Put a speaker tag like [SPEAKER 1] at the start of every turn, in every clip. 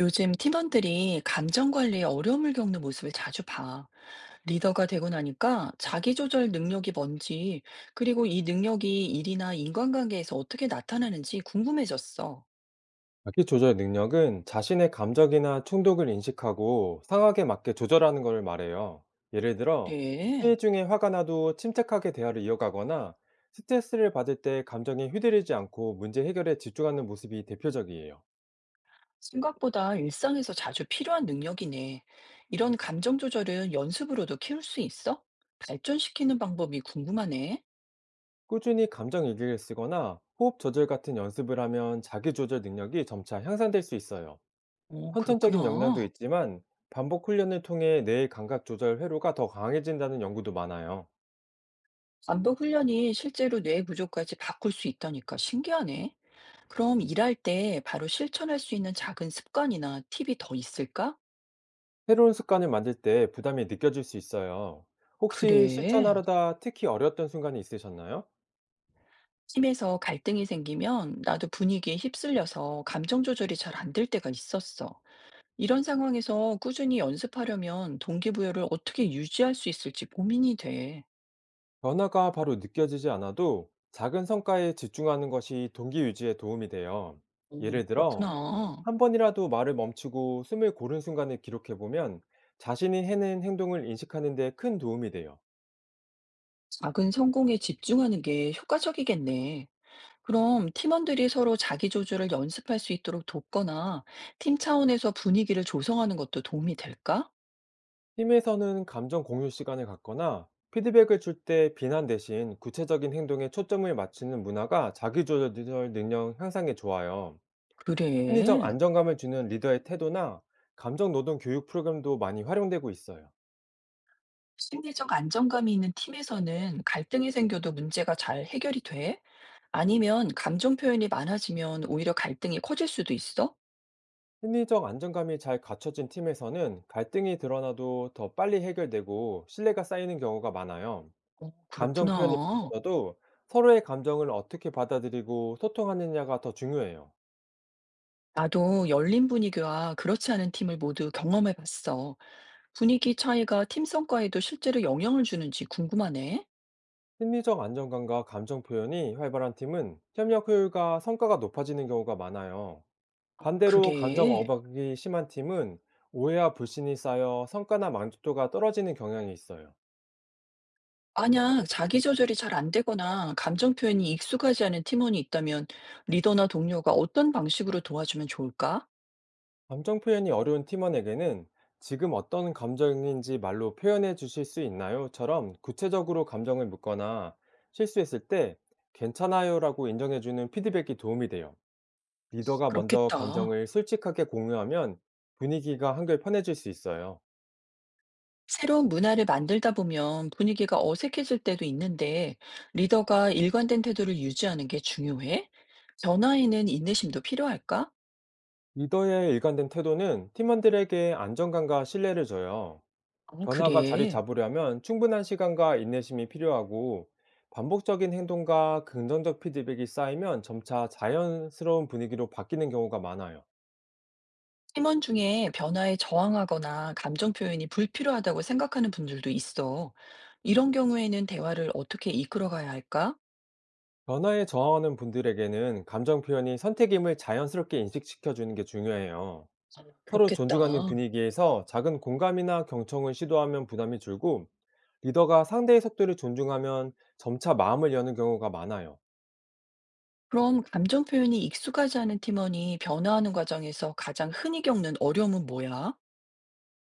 [SPEAKER 1] 요즘 팀원들이 감정 관리에 어려움을 겪는 모습을 자주 봐. 리더가 되고 나니까 자기 조절 능력이 뭔지, 그리고 이 능력이 일이나 인간관계에서 어떻게 나타나는지 궁금해졌어.
[SPEAKER 2] 자기 조절 능력은 자신의 감정이나 충동을 인식하고 상황에 맞게 조절하는 것을 말해요. 예를 들어,
[SPEAKER 1] 그래.
[SPEAKER 2] 회의 중에 화가 나도 침착하게 대화를 이어가거나 스트레스를 받을 때 감정에 휘둘리지 않고 문제 해결에 집중하는 모습이 대표적이에요.
[SPEAKER 1] 생각보다 일상에서 자주 필요한 능력이네. 이런 감정 조절은 연습으로도 키울 수 있어? 발전시키는 방법이 궁금하네.
[SPEAKER 2] 꾸준히 감정 일기를 쓰거나 호흡 조절 같은 연습을 하면 자기 조절 능력이 점차 향상될 수 있어요.
[SPEAKER 1] 어,
[SPEAKER 2] 선천적인 역량도
[SPEAKER 1] 그렇구나.
[SPEAKER 2] 있지만 반복 훈련을 통해 뇌의 감각 조절 회로가 더 강해진다는 연구도 많아요.
[SPEAKER 1] 반복 훈련이 실제로 뇌 구조까지 바꿀 수 있다니까 신기하네. 그럼 일할 때 바로 실천할 수 있는 작은 습관이나 팁이 더 있을까?
[SPEAKER 2] 새로운 습관을 만들 때 부담이 느껴질 수 있어요. 혹시
[SPEAKER 1] 그래.
[SPEAKER 2] 실천하려다 특히 어려웠던 순간이 있으셨나요?
[SPEAKER 1] 팀에서 갈등이 생기면 나도 분위기에 휩쓸려서 감정 조절이 잘 안될 때가 있었어. 이런 상황에서 꾸준히 연습하려면 동기부여를 어떻게 유지할 수 있을지 고민이 돼.
[SPEAKER 2] 변화가 바로 느껴지지 않아도 작은 성과에 집중하는 것이 동기 유지에 도움이 돼요.
[SPEAKER 1] 오
[SPEAKER 2] 예를 들어,
[SPEAKER 1] 그렇구나.
[SPEAKER 2] 한 번이라도 말을 멈추고 숨을 고른 순간을 기록해보면 자신이 해낸 행동을 인식하는 데 큰 도움이 돼요.
[SPEAKER 1] 작은 성공에 집중하는 게 효과적이겠네. 그럼 팀원들이 서로 자기 조절을 연습할 수 있도록 돕거나 팀 차원에서 분위기를 조성하는 것도 도움이 될까?
[SPEAKER 2] 팀에서는 감정 공유 시간을 갖거나 피드백을 줄 때 비난 대신 구체적인 행동에 초점을 맞추는 문화가 자기조절 능력 향상에 좋아요. 심리적
[SPEAKER 1] 그래.
[SPEAKER 2] 안정감을 주는 리더의 태도나 감정 노동 교육 프로그램도 많이 활용되고 있어요.
[SPEAKER 1] 심리적 안정감이 있는 팀에서는 갈등이 생겨도 문제가 잘 해결이 돼? 아니면 감정 표현이 많아지면 오히려 갈등이 커질 수도 있어?
[SPEAKER 2] 심리적 안정감이 잘 갖춰진 팀에서는 갈등이 드러나도 더 빨리 해결되고 신뢰가 쌓이는 경우가 많아요.
[SPEAKER 1] 어,
[SPEAKER 2] 감정 표현이
[SPEAKER 1] 그렇구나.
[SPEAKER 2] 많아도 서로의 감정을 어떻게 받아들이고 소통하느냐가 더 중요해요.
[SPEAKER 1] 나도 열린 분위기와 그렇지 않은 팀을 모두 경험해 봤어. 분위기 차이가 팀 성과에도 실제로 영향을 주는지 궁금하네.
[SPEAKER 2] 심리적 안정감과 감정 표현이 활발한 팀은 협력 효율과 성과가 높아지는 경우가 많아요.
[SPEAKER 1] 아,
[SPEAKER 2] 반대로 감정
[SPEAKER 1] 그래.
[SPEAKER 2] 억압이 심한 팀은 오해와 불신이 쌓여 성과나 만족도가 떨어지는 경향이 있어요.
[SPEAKER 1] 만약 자기 조절이 잘 안 되거나 감정 표현이 익숙하지 않은 팀원이 있다면 리더나 동료가 어떤 방식으로 도와주면 좋을까?
[SPEAKER 2] 감정 표현이 어려운 팀원에게는 "지금 어떤 감정인지 말로 표현해 주실 수 있나요?"처럼 구체적으로 감정을 묻거나 실수했을 때 괜찮아요라고 인정해 주는 피드백이 도움이 돼요. 리더가 먼저
[SPEAKER 1] 그렇겠다.
[SPEAKER 2] 감정을 솔직하게 공유하면 분위기가 한결 편해질 수 있어요.
[SPEAKER 1] 새로운 문화를 만들다 보면 분위기가 어색해질 때도 있는데 리더가 일관된 태도를 유지하는 게 중요해? 변화에는 인내심도 필요할까?
[SPEAKER 2] 리더의 일관된 태도는 팀원들에게 안정감과 신뢰를 줘요.
[SPEAKER 1] 어,
[SPEAKER 2] 변화가 자리
[SPEAKER 1] 그래.
[SPEAKER 2] 잡으려면 충분한 시간과 인내심이 필요하고, 반복적인 행동과 긍정적 피드백이 쌓이면 점차 자연스러운 분위기로 바뀌는 경우가 많아요.
[SPEAKER 1] 팀원 중에 변화에 저항하거나 감정 표현이 불필요하다고 생각하는 분들도 있어. 이런 경우에는 대화를 어떻게 이끌어가야 할까?
[SPEAKER 2] 변화에 저항하는 분들에게는 감정 표현이 선택임을 자연스럽게 인식시켜주는 게 중요해요.
[SPEAKER 1] 아,
[SPEAKER 2] 서로
[SPEAKER 1] 그렇겠다.
[SPEAKER 2] 존중하는 분위기에서 작은 공감이나 경청을 시도하면 부담이 줄고, 리더가 상대의 속도를 존중하면 점차 마음을 여는 경우가 많아요.
[SPEAKER 1] 그럼 감정 표현이 익숙하지 않은 팀원이 변화하는 과정에서 가장 흔히 겪는 어려움은 뭐야?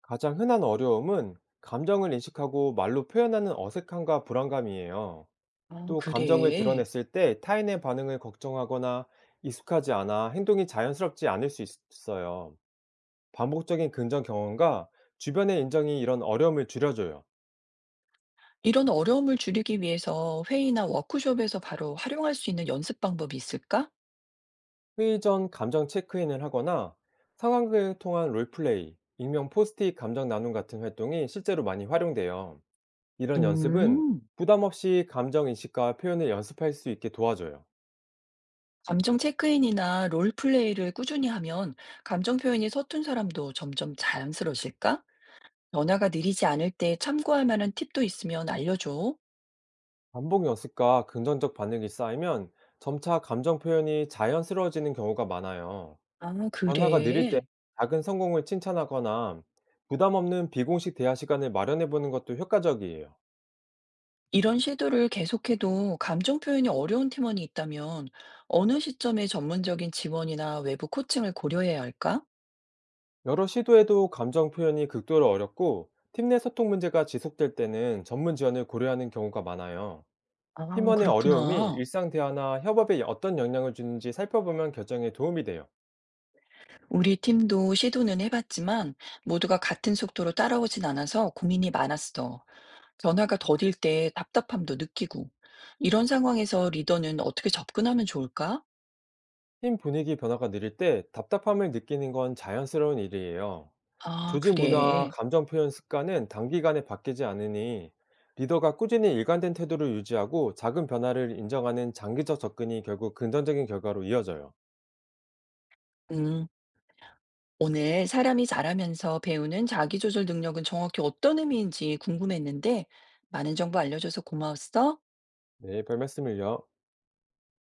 [SPEAKER 2] 가장 흔한 어려움은 감정을 인식하고 말로 표현하는 어색함과 불안감이에요.
[SPEAKER 1] 아,
[SPEAKER 2] 또 감정을
[SPEAKER 1] 그래.
[SPEAKER 2] 드러냈을 때 타인의 반응을 걱정하거나 익숙하지 않아 행동이 자연스럽지 않을 수 있어요. 반복적인 긍정 경험과 주변의 인정이 이런 어려움을 줄여줘요.
[SPEAKER 1] 이런 어려움을 줄이기 위해서 회의나 워크숍에서 바로 활용할 수 있는 연습 방법이 있을까?
[SPEAKER 2] 회의 전 감정 체크인을 하거나 상황을 통한 롤플레이, 익명 포스트잇 감정 나눔 같은 활동이 실제로 많이 활용돼요. 이런 연습은
[SPEAKER 1] 음.
[SPEAKER 2] 부담 없이 감정 인식과 표현을 연습할 수 있게 도와줘요.
[SPEAKER 1] 감정 체크인이나 롤플레이를 꾸준히 하면 감정 표현이 서툰 사람도 점점 자연스러워질까? 변화가 느리지 않을 때 참고할 만한 팁도 있으면 알려줘.
[SPEAKER 2] 반복 연습과 긍정적 반응이 쌓이면 점차 감정 표현이 자연스러워지는 경우가 많아요.
[SPEAKER 1] 아,
[SPEAKER 2] 변화가 느릴 때
[SPEAKER 1] 그래.
[SPEAKER 2] 작은 성공을 칭찬하거나 부담 없는 비공식 대화 시간을 마련해 보는 것도 효과적이에요.
[SPEAKER 1] 이런 시도를 계속해도 감정 표현이 어려운 팀원이 있다면 어느 시점에 전문적인 지원이나 외부 코칭을 고려해야 할까?
[SPEAKER 2] 여러 시도에도 감정 표현이 극도로 어렵고 팀 내 소통 문제가 지속될 때는 전문 지원을 고려하는 경우가 많아요.
[SPEAKER 1] 아,
[SPEAKER 2] 팀원의 어려움이
[SPEAKER 1] 그렇구나.
[SPEAKER 2] 일상 대화나 협업에 어떤 영향을 주는지 살펴보면 결정에 도움이 돼요.
[SPEAKER 1] 우리 팀도 시도는 해봤지만 모두가 같은 속도로 따라오진 않아서 고민이 많았어. 변화가 더딜 때 답답함도 느끼고. 이런 상황에서 리더는 어떻게 접근하면 좋을까?
[SPEAKER 2] 팀 분위기 변화가 느릴 때 답답함을 느끼는 건 자연스러운 일이에요.
[SPEAKER 1] 아,
[SPEAKER 2] 조직 문화와
[SPEAKER 1] 그래.
[SPEAKER 2] 감정 표현 습관은 단기간에 바뀌지 않으니, 리더가 꾸준히 일관된 태도를 유지하고 작은 변화를 인정하는 장기적 접근이 결국 긍정적인 결과로 이어져요.
[SPEAKER 1] 음. 오늘 사람이 자라면서 배우는 자기조절 능력은 정확히 어떤 의미인지 궁금했는데, 많은 정보 알려줘서 고마웠어.
[SPEAKER 2] 네, 별 말씀을요.